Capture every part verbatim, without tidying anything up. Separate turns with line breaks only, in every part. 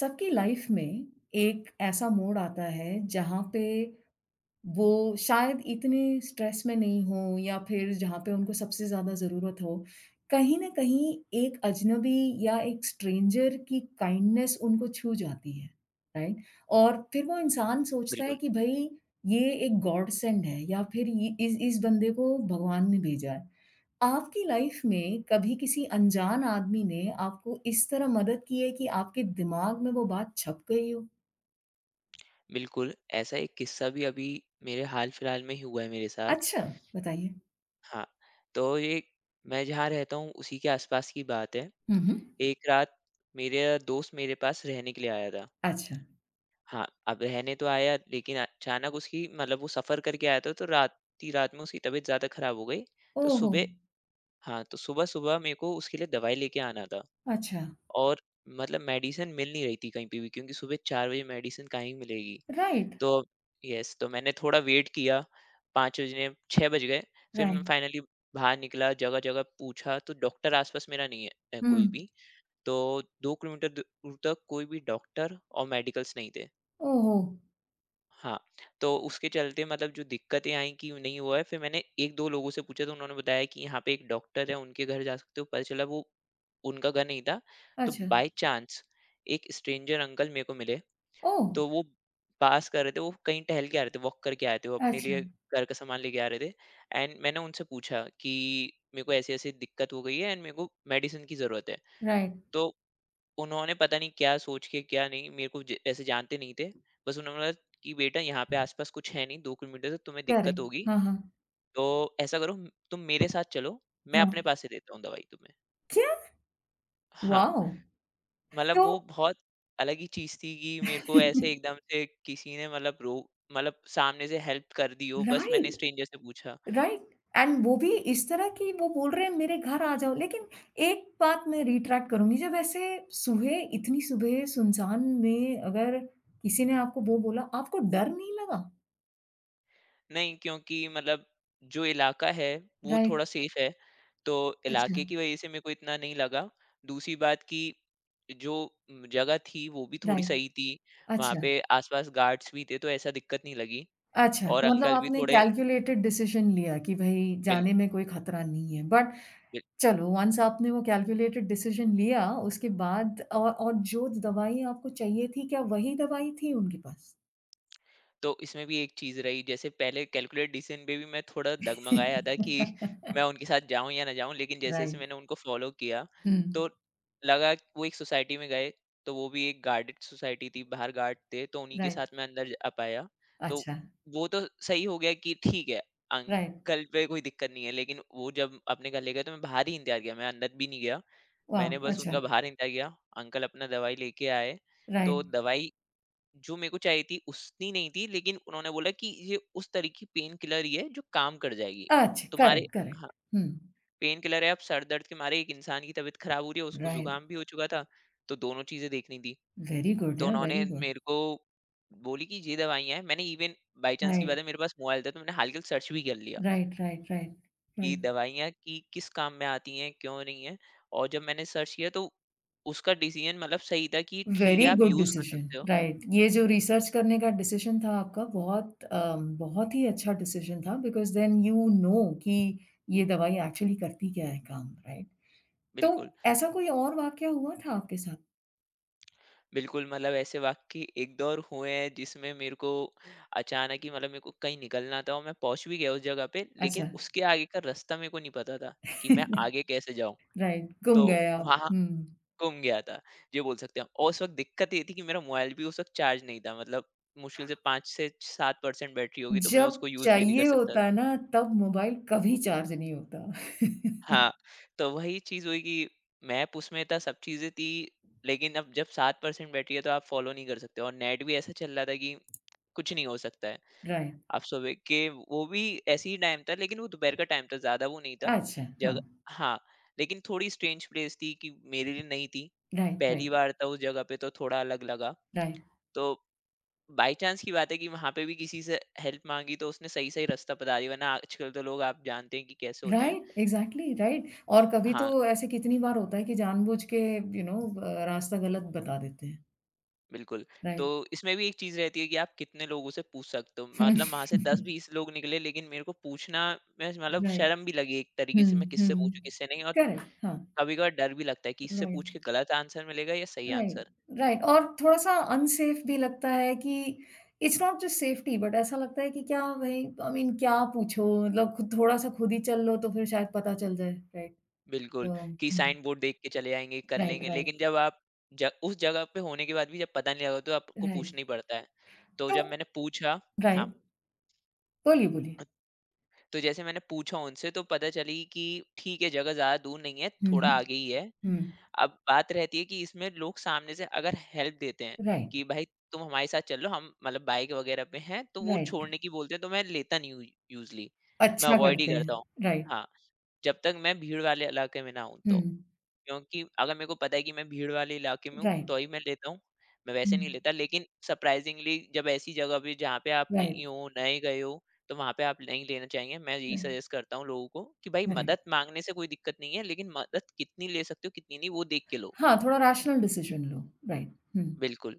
सबकी लाइफ में एक ऐसा मोड़ आता है जहाँ पे वो शायद इतने स्ट्रेस में नहीं हो या फिर जहाँ पे उनको सबसे ज़्यादा ज़रूरत हो कहीं ना कहीं एक अजनबी या एक स्ट्रेंजर की काइंडनेस उनको छू जाती है, राइट। और फिर वो इंसान सोचता है
बिल्कुल,
कि भाई ये एक गॉड सेंड है या फिर ये इस इस बंदे को भगवान ने भेजा है। आपकी लाइफ में कभी किसी अनजान आदमी ने आपको इस तरह मदद की है कि आपके दिमाग में वो बात छप गई हो?
बिल्कुल, ऐसा एक किस्सा भी अभी मेरे हाल-फिलहाल में ही हुआ है मेरे साथ।
अच्छा, बताइए।
हाँ, तो ये मैं जहाँ रहता हूँ उसी के आस-पास की बात है।
हुँ, हुँ।
एक रात मेरा दोस्त मेरे पास रहने के लिए आया था।
अच्छा।
हाँ, अब रहने तो आया लेकिन अचानक उसकी मतलब वो सफ़र करके आया था तो रात ही रात में उसकी तबीयत ज़्यादा ख़राब हो गई। तो
ओहो!
सुबह हाँ, तो सुबह-सुबह मेरे को उसके लिए दवाई लेके आना था
अच्छा।
और मतलब मेडिसिन मिल नहीं रही थी कहीं पे भी क्योंकि सुबह चार बजे मेडिसिन कहाँ ही मिलेगी।
राइट,
तो यस, तो मैंने थोड़ा वेट किया, पाँच बजने छह बज गए, फिर मैं
राइट।
फाइनली बाहर निकला, जगह-जगह पूछा, तो डॉक्टर आस-पास मेरा नहीं है अ,
हुँ।
कोई भी, तो दो किलोमीटर द दूर तक कोई भी डॉक्टर और मेडिकल्स नहीं थे।
ओहो!
हाँ, तो उसके चलते मतलब जो दिक्कतें आईं कि नहीं हुआ है, फिर मैंने एक-दो लोगों से पूछा, तो उन्होंने बताया कि यहाँ पे एक डॉक्टर है, उनके घर जा सकते हो, पता चला वो उनका घर नहीं था। तो
अच्छा।
बाय चांस एक स्ट्रेंजर अंकल मेरे को मिले।
ओह!
तो वो पास कर रहे थे, वो कहीं टहल के आ रहे थे, वॉक करके आए थे, वो अपने
अच्छा,
लिए घर का सामान लेके आ रहे थे एंड मैंने उनसे पूछा कि मेरे को ऐसी-ऐसी दिक्कत हो गई है एंड मेरे को मेडिसिन की ज़रूरत है।
राइट,
तो उन्होंने पता नहीं क्या सोच के क्या नहीं, मेरे को ज ऐसे जानते नहीं थे। बस उन्होंने बोला कि बेटा यहाँ पे आस-पास कुछ है नहीं, दो किलोमीटर से तुम्हें दिक्कत
करेक्ट।
होगी,
हाँ, हाँ।
तो ऐसा करो तुम मेरे साथ चलो, मैं अपने
हाँ।
पास से देता हूँ दवाई तुम्हें।
क्या?
हाँ,
वॉव!
मतलब
तो
वो बहुत अलग ही चीज़ थी कि मेरे को ऐसे एकदम से किसी ने मतलब रो मतलब सामने से हेल्प कर दी हो। बस मैंने
राइट।
स्ट्रेंजर से पूछा।
राइट एंड वो भी इस तरह कि वो बोल रहे हैं मेरे घर आ जाओ, लेकिन एक बात मैं रिट्रैक्ट करूँगी। जब ऐसे सुबह इतनी सुबह सुनसान में अगर किसी ने आपको वो बोला, आपको डर नहीं लगा?
नहीं, क्योंकि मतलब जो इलाका है वो
राइट,
थोड़ा सेफ है, तो
अच्छा,
इलाके की वजह से मेरे को इतना नहीं लगा। दूसरी बात कि जो जगह थी वो भी थोड़ी
राइट,
सही थी, वहाँ
अच्छा,
पे आसपास गार्ड्स भी थे तो ऐसा दिक्कत नहीं लगी,
अच्छा।
और
तो मतलब
अंकल भी
आपने
थोड़े
कैलकुलेटेड डिसीज़न लिया कि भई
बिल्कुल।
जाने में कोई खतरा नहीं है, बट चलो, वन्स आपने वो कैलकुलेटेड डिसीज़न लिया उसके बाद और और जो दवाई आपको चाहिए थी, क्या वही दवाई थी उनके पास?
तो इसमें भी एक चीज़ रही, जैसे पहले कैलकुलेट डिसीजन पे भी मैं थोड़ा डगमगाया था कि मैं उनके साथ जाऊँ या ना जाऊँ, लेकिन जैसे-जैसे
राइट।
मैंने उनको फ़ॉलो किया,
हुँ,
तो लगा कि वो एक सोसाइटी में गए, तो वो भी एक गार्डेड सोसाइटी थी, बाहर गार्ड थे, तो उन्हीं के
राइट,
साथ मैं अंदर जा पाया। तो
अच्छा,
वो तो सही हो गया कि ठीक है,
राइट,
अंकल पे कोई दिक्कत नहीं है, लेकिन वो जब अपने घर ले गए, तो मैं बाहर ही इंतज़ार किया, मैं अंदर भी नहीं गया।
वाओ!
मैंने बस
अच्छा,
उनका बाहर इंतज़ार किया, अंकल अपना दवाई लेके आए। तो
राइट,
दवाई जो मेरे को चाहिए थी उतनी नहीं थी लेकिन उन्होंने बोला कि ये उस तरह की पेन किलर ही है जो काम कर जाएगी
अच्छा,
तुम्हारे।
करेक्ट, करेक्ट,
हाँ,
हुँ,
पेन किलर है। अब सर दर्द के मारे एक इंसान की तबीयत खराब हो रही है, उसको
राइट,
जुकाम भी हो चुका था, तो दोनों चीजें देखनी थी।
वेरी गुड
तो
यार,
उन्होंने
वेरी गुड,
मेरे को बोली कि ये दवाइयाँ हैं। मैंने इवन बाई चांस की बात
राइट,
है मेरे पास मोबाइल था तो मैंने हल्के सर्च भी कर लिया
राइट, राइट, राइट,
कि
राइट,
दवाइयाँ की किस काम में आती हैं क्यों नहीं है, और जब मैंने सर्च किया तो उसका डिसीजन मतलब सही था कि ठीक है
वेरी
आप
गुड
यूज कर
डिसीज़न,
सकते हो।
राइट। ये जो रिसर्च करने का डिसीज़न था आपका बहुत अ, बहुत ही अच्छा डिसीज़न था, बिकॉज़ देन यू नो कि ये दवाई एक्चुअली करती क्या है काम, राइट? तो
बिल्कुल,
ऐसा कोई और वाक़या हुआ था आपके साथ?
बिल्कुल, मतलब ऐसे वाक़ई एक-दो और हुए हैं जिसमें मेरे को अचानक ही मतलब मेरे को कहीं निकलना था और मैं पहुँच भी गया उस जगह पे, लेकिन
अच्छा,
उसके आगे का रास्ता मेरे को नहीं पता था कि मैं आगे कैसे जाऊँ?
राइट, गुम
तो
गए आप,
वहाँ
हुँ।
गुम गया था, ये बोल सकते हैं, और उस वक़्त दिक्कत ये थी कि मेरा मोबाइल भी उस वक़्त चार्ज नहीं था, मतलब मुश्किल से पाँच से सात परसेंट बैटरी होगी तो मैं
जब
उसको यूज़ भी नहीं कर
चाहिए
सकता।
होता है ना, तब मोबाइल कभी चार्ज नहीं होता।
हाँ, तो वही चीज़ हुई कि मैप उसमें था, सब चीज़ें थी, लेकिन अब जब सात परसेंट बैटरी है तो आप फ़ॉलो नहीं कर सकते और नेट भी ऐसा चल रहा था कि कुछ नहीं हो सकता है।
राइट,
आप सुबह के वो भी ऐसे ही टाइम था लेकिन वो दोपहर का टाइम था, ज़्यादा वो नहीं था।
अच्छा, हाँ,
जगह हाँ, लेकिन थोड़ी स्ट्रेंज प्लेस थी कि मेरे लिए नई थी।
राइट,
पहली
राइट,
बार था उस जगह पे तो थोड़ा अलग लगा।
राइट,
तो बाय चांस की बात है कि वहाँ पे भी किसी से हेल्प माँगी तो उसने सही-सही रास्ता बता दिया, वरना आजकल तो लोग आप जानते हैं कि कैसे होते हैं।
Right, exactly right. और कभी
हाँ,
तो ऐसे कितनी बार होता है कि जानबूझ के यू नो अ, रास्ता गलत बता देते हैं।
बिल्कुल। तो
राइट,
इसमें भी एक चीज़ रहती है कि आप कितने लोगों से पूछ सकते हो। मतलब वहाँ से दस-बीस लोग निकले लेकिन मेरे को पूछना में मतलब
राइट,
शर्म भी लगी एक तरीके
हुँ,
से, मैं किससे
हुँ,
पूछूँ किससे नहीं, और
करेक्ट, हाँ,
कभी-कभार डर भी लगता है कि इससे
राइट।
पूछ के गलत आंसर मिलेगा या सही
राइट,
आंसर।
राइट। और थोड़ा-सा अनसेफ भी लगता है कि it's not just safety, but ऐसा लगता है कि क्या भई, आई मीन क्या पूछो, मतलब खुद थोड़ा-सा खुद ही चल लो तो फिर शायद पता चल जाए, राइट?
बिल्कुल,
तो
कि
हुँ,
साइन बोर्ड देख के चले जाएँगे, कर
राइट,
लेंगे,
राइट,
लेकिन जब आप ज उस जगह पे होने के बाद भी जब पता नहीं लगा तो आपको
राइट।
पूछना ही पड़ता है। तो
तो
जब मैंने पूछा हाँ,
राइट, बोलिए, बोलिए।
तो जैसे मैंने पूछा उनसे तो पता चली कि ठीक है, जगह ज़्यादा दूर नहीं है,
हुँ,
थोड़ा
हुँ,
आगे ही है।
हुँ,
अब बात रहती है कि इसमें लोग सामने से अगर हेल्प देते हैं
राइट,
कि भाई तुम हमारे साथ चल लो, हम मतलब बाइक वगैरह पे हैं, तो वो
राइट,
छोड़ने की बोलते हैं तो मैं लेता नहीं हूँ यूज़ुअली, मैं
अच्छा
अवॉइड ही
करते
करता
हैं,
हूँ।
राइट,
हाँ। जब तक मैं भीड़ वाले इलाके में ना हूँ तो।
हुँ,
क्योंकि अगर मेरे को पता है कि मैं भीड़ वाले इलाके में हूँ,
राइट,
तो ही मैं लेता हूँ, मैं
हुँ,
वैसे नहीं लेता। लेकिन सरप्राइज़िंगली जब ऐसी जगह पे जहाँ पे आप
राइट,
नहीं हो, नए गए हो, तो वहाँ पे आप नहीं लेना चाहिए। मैं यही
राइट,
सजेस्ट करता हूँ लोगों को कि भाई
राइट।
मदद माँगने से कोई दिक्कत नहीं है, लेकिन मदद कितनी ले सकते हो, कितनी नहीं, वो देख के लो।
हाँ, थोड़ा रैशनल डिसीजन लो, राइट, हुँ,
बिल्कुल।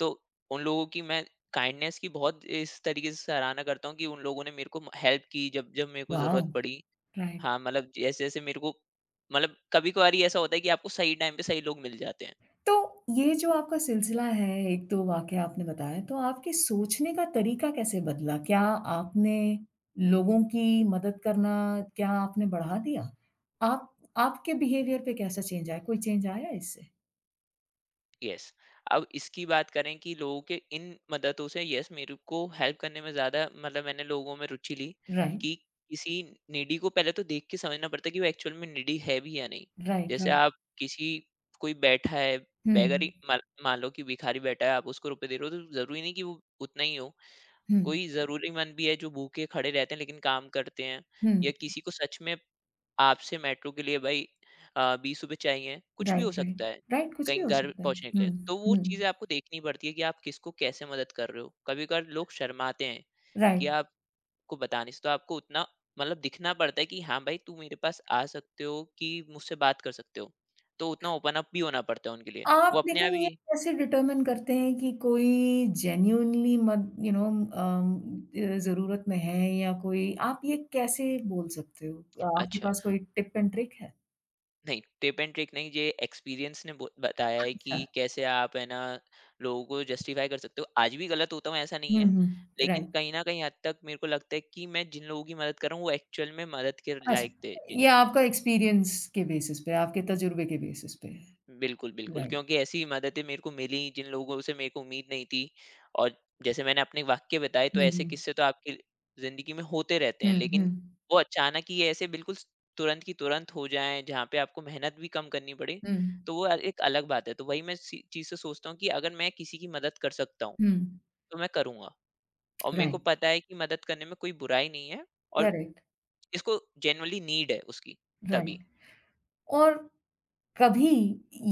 तो उन लोगों की मैं काइंडनेस की बहुत इस तरीके से सराहना करता हूँ कि उन लोगों ने मेरे को म हेल्प की जब जब मेरे को
वॉव!
ज़रूरत पड़ी।
राइट।
हाँ, मतलब जैसे-जैसे मेरे को मतलब कभी-कभार ऐसा होता है कि आपको सही टाइम पे सही लोग मिल जाते हैं।
तो ये जो आपका सिलसिला है, एक दो वाक़या आपने बताया, तो आपके सोचने का तरीका कैसे बदला? क्या आपने लोगों की मदद करना क्या आपने बढ़ा दिया? आप आपके बिहेवियर पे कैसा चेंज आया? कोई चेंज आया इससे?
यस, अब इसकी बात करें कि लोगों के इन मददों से यस मेरे को हेल्प करने में ज़्यादा मतलब मैंने लोगों में रुचि ली
राइट,
कि किसी नीडी को पहले तो देख के समझना पड़ता है कि वो एक्चुअल में नीडी है भी या नहीं।
राइट,
जैसे
राइट।
आप किसी कोई बैठा है,
हुँ,
बेगर ही मान मान लो कि भिखारी बैठा है, आप उसको रुपए दे रहे हो तो ज़रूरी नहीं कि वो उतना ही हो।
हुँ,
कोई ज़रूरीमंद भी है जो भूखे खड़े रहते हैं लेकिन काम करते हैं, या
हुँ।
किसी को सच में आपसे मेट्रो के लिए भाई अ, बीस रुपए चाहिए, कुछ भी हो
राइट, राइट।
सकता है,
राइट, कुछ भी
कहीं
हो
घर
सकता है।
पहुँचने के लिए।
हुँ,
तो वो
हुँ।
चीज़ें आपको देखनी पड़ती है कि आप किसको कैसे मदद कर रहे हो। कभी-कभार लोग शर्माते हैं कि
राइट।
आपको बताने से, तो आपको उतना मतलब दिखना पड़ता है कि हाँ भाई, तू मेरे पास आ सकते हो कि मुझसे बात कर सकते हो। तो उतना ओपन अप भी होना पड़ता है उनके लिए। वो
आप
अपने आप
लेकिन ये
ही
कैसे डिटरमिन करते हैं कि कोई जेन्युइनली मद यू नो अम, अ, ज़रूरत में है या कोई, आप ये कैसे बोल सकते हो? आपके
अच्छा।
पास कोई टिप एंड ट्रिक है?
नहीं, टिप एंड ट्रिक नहीं, ये एक्सपीरियंस ने बो- बताया है कि
अच्छा।
कैसे आप है ना लोगों को जस्टिफाई कर सकते हो। आज भी गलत होता हूँ ऐसा नहीं
हुँ,
है,
हुँ,
लेकिन
राइट।
कहीं ना कहीं हद तक मेरे को लगता है कि मैं जिन लोगों की मदद कर रहा हूँ वो एक्चुअल में मदद के
अच्छा,
लायक थे।
ये आपका एक्सपीरियंस के बेसिस पे, आपके तजुर्बे के बेसिस पे है।
बिल्कुल, बिल्कुल,
राइट।
क्योंकि ऐसी मददें मेरे को मिली जिन लोगों से मेरे को उम्मीद नहीं थी। और जैसे मैंने अपने वाक्य बताए तो
हुँ,
ऐसे
हुँ।
किस्से तो आपकी ज़िंदगी में होते रहते हैं।
हुँ,
लेकिन
हुँ।
वो अचानक ही ऐसे बिल्कुल स तुरंत की तुरंत हो जाएँ, जहाँ पे आपको मेहनत भी कम करनी पड़े,
हुँ,
तो वो अ, एक अलग बात है। तो वही मैं सी चीज़ से सोचता हूँ कि अगर मैं किसी की मदद कर सकता हूँ,
हुँ।
तो मैं करूँगा, और मेरे को
राइट,
पता है कि मदद करने में कोई बुराई नहीं है, और
करेक्ट,
इसको जेनुइनली नीड है उसकी,
राइट।
तभी।
और कभी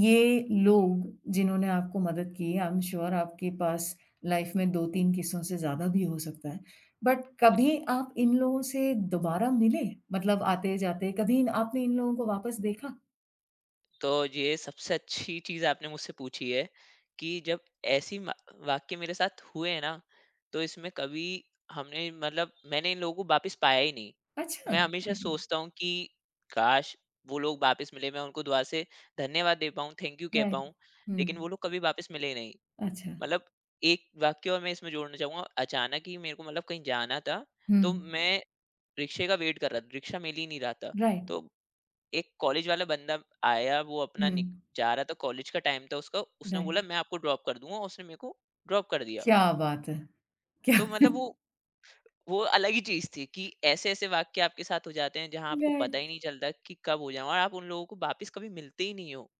ये लोग जिन्होंने आपको मदद की, आई एम श्योर आपके पास लाइफ में दो तीन किस्सों से ज़्यादा भी हो सकता है। बट
बिल
कभी आप इन लोगों से दोबारा मिले? मतलब आते-जाते कभी इन आपने इन लोगों को वापस देखा?
तो ये सबसे अच्छी चीज़ आपने मुझसे पूछी है कि जब ऐसी मा- वाक्य मेरे साथ हुए हैं ना, तो इसमें कभी हमने मतलब मैंने इन लोगों को वापस पाया ही नहीं।
अच्छा!
मैं हमेशा सोचता हूँ कि काश वो लोग वापस मिले, मैं उनको दोबारा से धन्यवाद दे पाऊँ, थैंक यू कह
राइट।
पाऊँ, लेकिन वो
हुँ।
लोग कभी वापस मिले ही नहीं।
अच्छा।
मतलब एक वाक्य और मैं इसमें जोड़ना चाहूंगा। अचानक ही मेरे को मतलब कहीं जाना था,
हुँ।
तो मैं रिक्शे का वेट कर रहा था, रिक्शा मिल ही नहीं रहा था।
राइट।
तो एक कॉलेज वाला बंदा आया, वो अपना
हुँ।
निक जा रहा था, कॉलेज का टाइम था उसका, उसने
राइट।
बोला मैं आपको ड्रॉप कर दूँगा, उसने मेरे को ड्रॉप कर दिया।
क्या बात है! क्या
तो मतलब वो वो अलग ही चीज़ थी कि ऐसे-ऐसे वाक़ये आपके साथ हो जाते हैं, जहाँ आपको
राइट।
पता ही नहीं चलता कि कब हो जाए और आप उन लोगों को वापस कभी मिलते ही नहीं हो।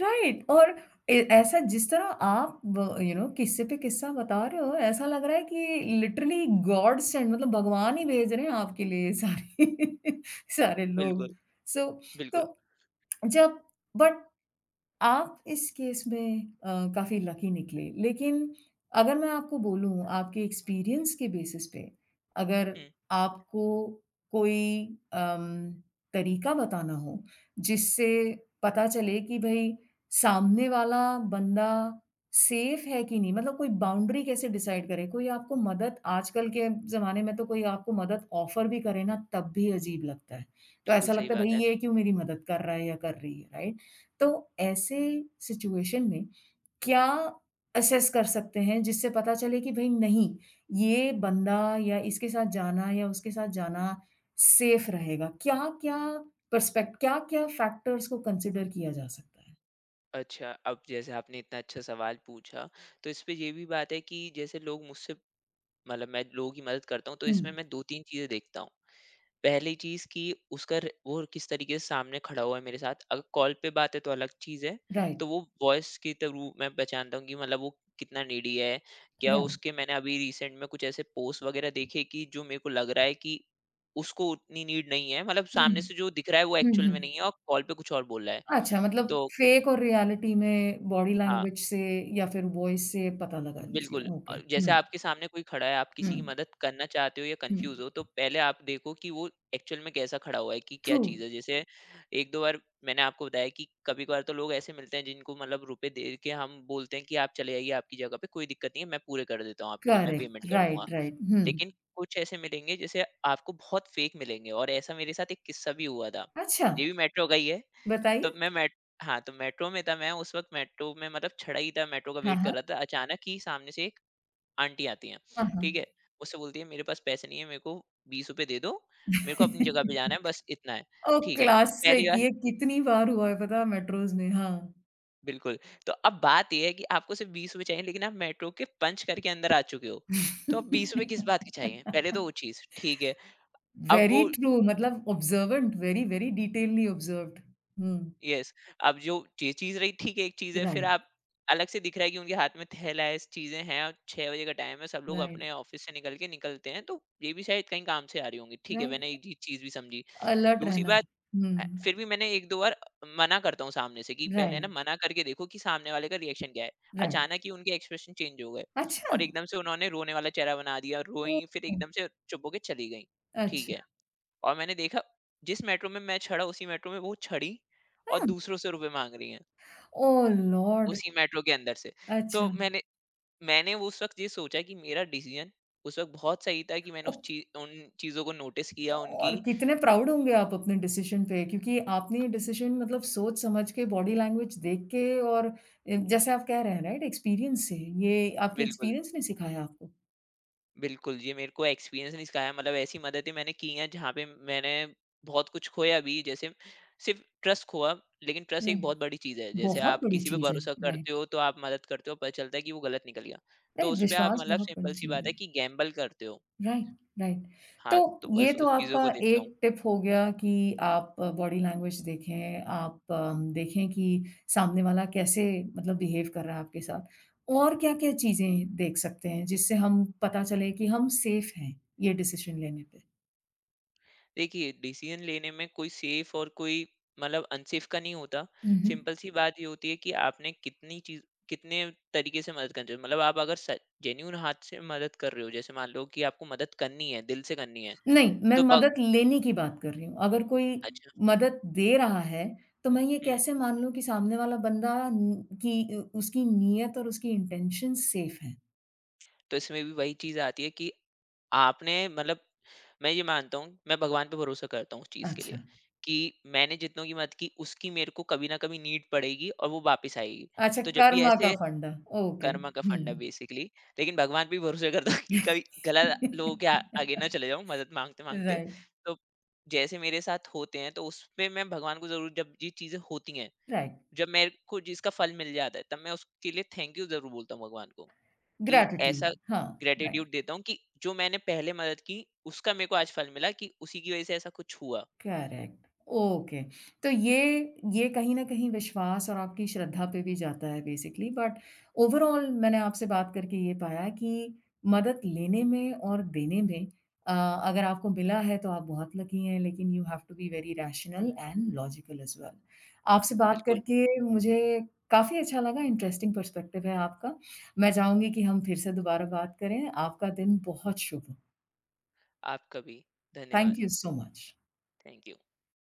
Right right. और ए ऐसा जिस तरह आप ब यू नो किस्से पे किस्सा बता रहे हो, ऐसा लग रहा है कि लिटरली गॉड सेंड, मतलब भगवान ही भेज रहे हैं आपके लिए सारे सारे लोग।
बिल्कुल,
सो so,
बिल्कुल।
तो जब बट आप इस केस में अ, काफ़ी लकी निकले। लेकिन अगर मैं आपको बोलूँ आपके एक्सपीरियंस के बेसिस पे, अगर
हुँ,
आपको कोई अम, तरीका बताना हो, जिससे पता चले कि भई सामने वाला बंदा सेफ़ है कि नहीं? मतलब कोई बाउंड्री कैसे डिसाइड करें? कोई आपको मदद आजकल के ज़माने में तो कोई आपको मदद ऑफ़र भी करे ना, तब भी अजीब लगता है। तो
बिल्कुल
ऐसा
सही
लगता है
बात
भई
है।
ये क्यों मेरी मदद कर रहा है या कर रही है, राइट? तो ऐसे सिचुएशन में क्या असेस कर सकते हैं जिससे पता चले कि भई नहीं, ये बंदा या इसके साथ जाना या उसके साथ जाना सेफ रहेगा? क्या-क्या पर्सपेक्ट, क्या-क्या फैक्टर्स को कंसीडर किया जा सकता है?
अच्छा, अब जैसे आपने इतना अच्छा सवाल पूछा, तो इसपे ये भी बात है कि जैसे लोग मुझसे मतलब मैं लोगों की मदद करता हूँ, तो
हुँ,
इसमें मैं दो-तीन चीज़ें देखता हूँ। पहली चीज़ कि उसका र वो किस तरीके से सामने खड़ा हुआ है मेरे साथ। अगर कॉल पे बात है तो अलग चीज़ है,
राइट,
तो वो वॉइस के थ्रू मैं पहचानता हूँ कि मतलब वो कितना नीडी है। क्या
राइट।
उसके मैंने अभी रिसेंट में कुछ ऐसे पोस्ट वग़ैरह देखे कि जो मेरे को लग रहा है कि उसको उतनी नीड नहीं है। मतलब
हुँ,
सामने से जो दिख रहा है वो
हुँ,
एक्चुअल
हुँ।
में नहीं है और कॉल पे कुछ और बोल रहा है।
अच्छा, मतलब
तो
फेक और रियलिटी में बॉडी
हाँ।
लैंग्वेज से या फिर वॉइस से पता लगा लीजिए।
बिल्कुल
ओके।
अ, जैसे
हुँ,
आपके सामने कोई खड़ा है, आप
हुँ,
किसी की मदद करना चाहते हो या
हुँ।
कन्फ्यूज़ हो, तो पहले आप देखो कि वो एक्चुअल में कैसा खड़ा हुआ है, कि क्या
ट्रू,
चीज़ है। जैसे एक-दो बार मैंने आपको बताया कि कभी-कभार तो लोग ऐसे मिलते हैं जिनको मतलब रुपए दे के हम बोलते हैं कि आप चले आइए आपकी जगह पे, कोई दिक्कत नहीं है, मैं पूरे कर देता हूँ आपके लिए, मैं पेमेंट
करेक्ट,
कर दूँगा।
Right, right. हुँ।
लेकिन कुछ ऐसे मिलेंगे जैसे आपको बहुत फ़ेक मिलेंगे और ऐसा मेरे साथ एक किस्सा भी हुआ था।
अच्छा,
ये भी मेट्रो का ही है, तो
बताइए।
मैं मेट हाँ, तो मेट्रो में था मैं उस वक़्त मेट्रो में मतलब चढ़ा ही था, मेट्रो का
हाँ,
वेट कर
हाँ।
रहा था। अचानक ही सामने से आंटी आती हैं,
हाँ, हाँ।
ठीक है? मुझसे बोलती है मेरे पास पैसे नहीं है, मेरे को ₹बीस दे दो, मेरे को अपनी जगह पे जाना है बस इतना है।
ओह!
ठीक है, पहली
क्लासिक,
बार,
ये कितनी बार हुआ है पता है मेट्रोज़ में, हाँ।
बिल्कुल, तो अब बात ये है कि आपको सिर्फ़ ₹बीस चाहिए लेकिन आप मेट्रो के पंच करके अंदर आ चुके हो, तो अब ₹बीस किस बात के चाहिए? पहले तो वो चीज़, ठीक है। अब
वेरी
वो
ट्रू, मतलब observant, very, very detailly observed. हुँ,
यस, अब जो ये चीज़ रही, ठीक है, एक चीज़ है फिर
राइट,
आप अलग से दिख रहा है कि उनके हाथ में थैला है, चीज़ें हैं और छह बजे का टाइम है, सब लोग
राइट,
अपने ऑफ़िस से निकल के निकलते हैं, तो ये भी शायद कहीं काम से आ रही होंगी, ठीक है, मैंने
राइट।
ये चीज़ भी समझी।
अलर्ट
दूसरी
रहना।
बात
हुँ,
अ, फिर भी मैंने एक-दो बार मना करता हूँ सामने से कि पहले ना
राइट,
मना करके देखो कि सामने वाले का रिएक्शन क्या है।
राइट।
अचानक ही उनके एक्सप्रेशन चेंज हो गए
अच्छा,
और एकदम से उन्होंने रोने वाला चेहरा बना दिया,
ओह!
रोईं फिर एकदम से चुप होके चली गईं। ठीक
अच्छा,
है, और मैंने देखा जिस मेट्रो में मैं चढ़ा उसी मेट्रो में वो चढ़ी और
हाँ।
दूसरों से रुपए माँग रही हैं,
ओह लॉर्ड!
उसी मेट्रो के अंदर से। तो
अच्छा।
मैंने मैंने उस वक़्त ये सोचा कि मेरा डिसीज़न उस वक़्त बहुत सही था कि मैंने
ओ
उस ची उन चीज़ों को नोटिस किया उनकी।
और कितने प्राउड होंगे आप अपने डिसीजन पे, क्योंकि आपने ये डिसीजन मतलब सोच समझ के बॉडी लैंग्वेज देख के और अ, जैसे आप कह रहे हैं राइट, एक्सपीरियंस से। ये आपकी
बिल्कुल।
एक्सपीरियंस ने सिखाया आपको।
बिल्कुल, ये मेरे को एक्सपीरियंस ने सिखाया मतलब ऐसी मददें मैंने की हैं जहाँ पे मैंने बहुत कुछ खोया भी, जैसे सिर्फ़ ट्रस्ट खोआ, लेकिन ट्रस्ट एक
राइट,
बहुत बड़ी चीज़ है। जैसे
बहुत
आप
बड़ी
किसी पे
चीज़ है।
भरोसा
राइट,
करते हो तो आप मदद करते हो, पता चलता है कि वो गलत निकल गया। तो
राइट,
उसपे आप
विश्वास
मतलब
बहुत बड़ी
सिंपल सी
चीज़
बात है
है।
कि गैम्बल करते हो।
Right, right. तो
हाँ, तो
ये
बस
तो
उस चीज़ों
आपका
को देखता हूँ।
एक टिप हो गया कि आप बॉडी लैंग्वेज देखें, आप अम, देखें कि सामने वाला कैसे, मतलब बिहेव कर रहा है आपके साथ। और क्या-क्या चीज़ें देख सकते हैं जिससे हम पता चले कि हम सेफ हैं ये डिसीज़न लेने पे?
देखिए डिसीजन लेने में कोई सेफ और कोई मतलब अनसेफ का नहीं होता।
हुँ, हुँ।
सिंपल सी बात ये होती है कि आपने कितनी चीज, कितने तरीके से मदद करनी चाहिए, मतलब आप अगर जेन्यून हाथ से मदद कर रहे हो, जैसे मान लो कि आपको मदद करनी है, दिल से करनी है।
नहीं, मैं
तो बग
मदद लेने की बात कर रही हूँ। अगर कोई
अच्छा।
मदद दे रहा है, तो मैं ये
हम्म
कैसे मान लूँ कि सामने वाला बंदा न की अ, उसकी नीयत और उसकी इंटेंशन सेफ हैं?
तो इसमें भी वही चीज आती है कि आपने मतलब मैं ये मानता हूँ, मैं भगवान पे भरोसा करता हूँ उस चीज के
अच्छा।
लिए कि मैंने जितनों की मदद की उसकी मेरे को कभी ना कभी नीड पड़ेगी और वो वापस आएगी।
अच्छा,
तो जब भी
कर्मा का
ऐसे
फंडा, ओके,
कर्म का
हुँ।
फंड है बेसिकली। लेकिन भगवान पे भी भरोसा करता हूँ कि कभी गलत लोगों के आ आगे ना चले जाऊँ मदद माँगते-माँगते।
राइट,
तो जैसे मेरे साथ होते हैं तो उसपे मैं भगवान को ज़रूर, जब ये चीज़ें होती हैं,
राइट,
जब मेरे को जिसका फल मिल जाता है तब मैं उसके लिए थैंक यू ज़रूर बोलता हूँ भगवान को, कि
ग्रैटिट्यूड,
ऐसा
हाँ, राइट।
ग्रैटिट्यूड देता हूँ कि जो मैंने पहले मदद की उसका मेरे को आज फल मिला, कि उसी की वज़ह से ऐसा कुछ हुआ।
Correct, okay. तो ये ये कहीं न कहीं विश्वास और आपकी श्रद्धा पे भी जाता है बेसिकली, बट ओवरऑल मैंने आपसे बात करके ये पाया कि मदद लेने में और देने में अ, अगर आपको मिला है तो आप बहुत लकी हैं, लेकिन you have to be very rational and logical as well. आपसे बात
बिल्कुल,
करके मुझे काफ़ी अच्छा लगा, इंटरेस्टिंग पर्सपेक्टिव है आपका। मैं चाहूँगी कि हम फिर से दोबारा बात करें। आपका दिन बहुत शुभ हो।
आपका भी
थैंक
धन्यवाद।
You so much.
Thank you.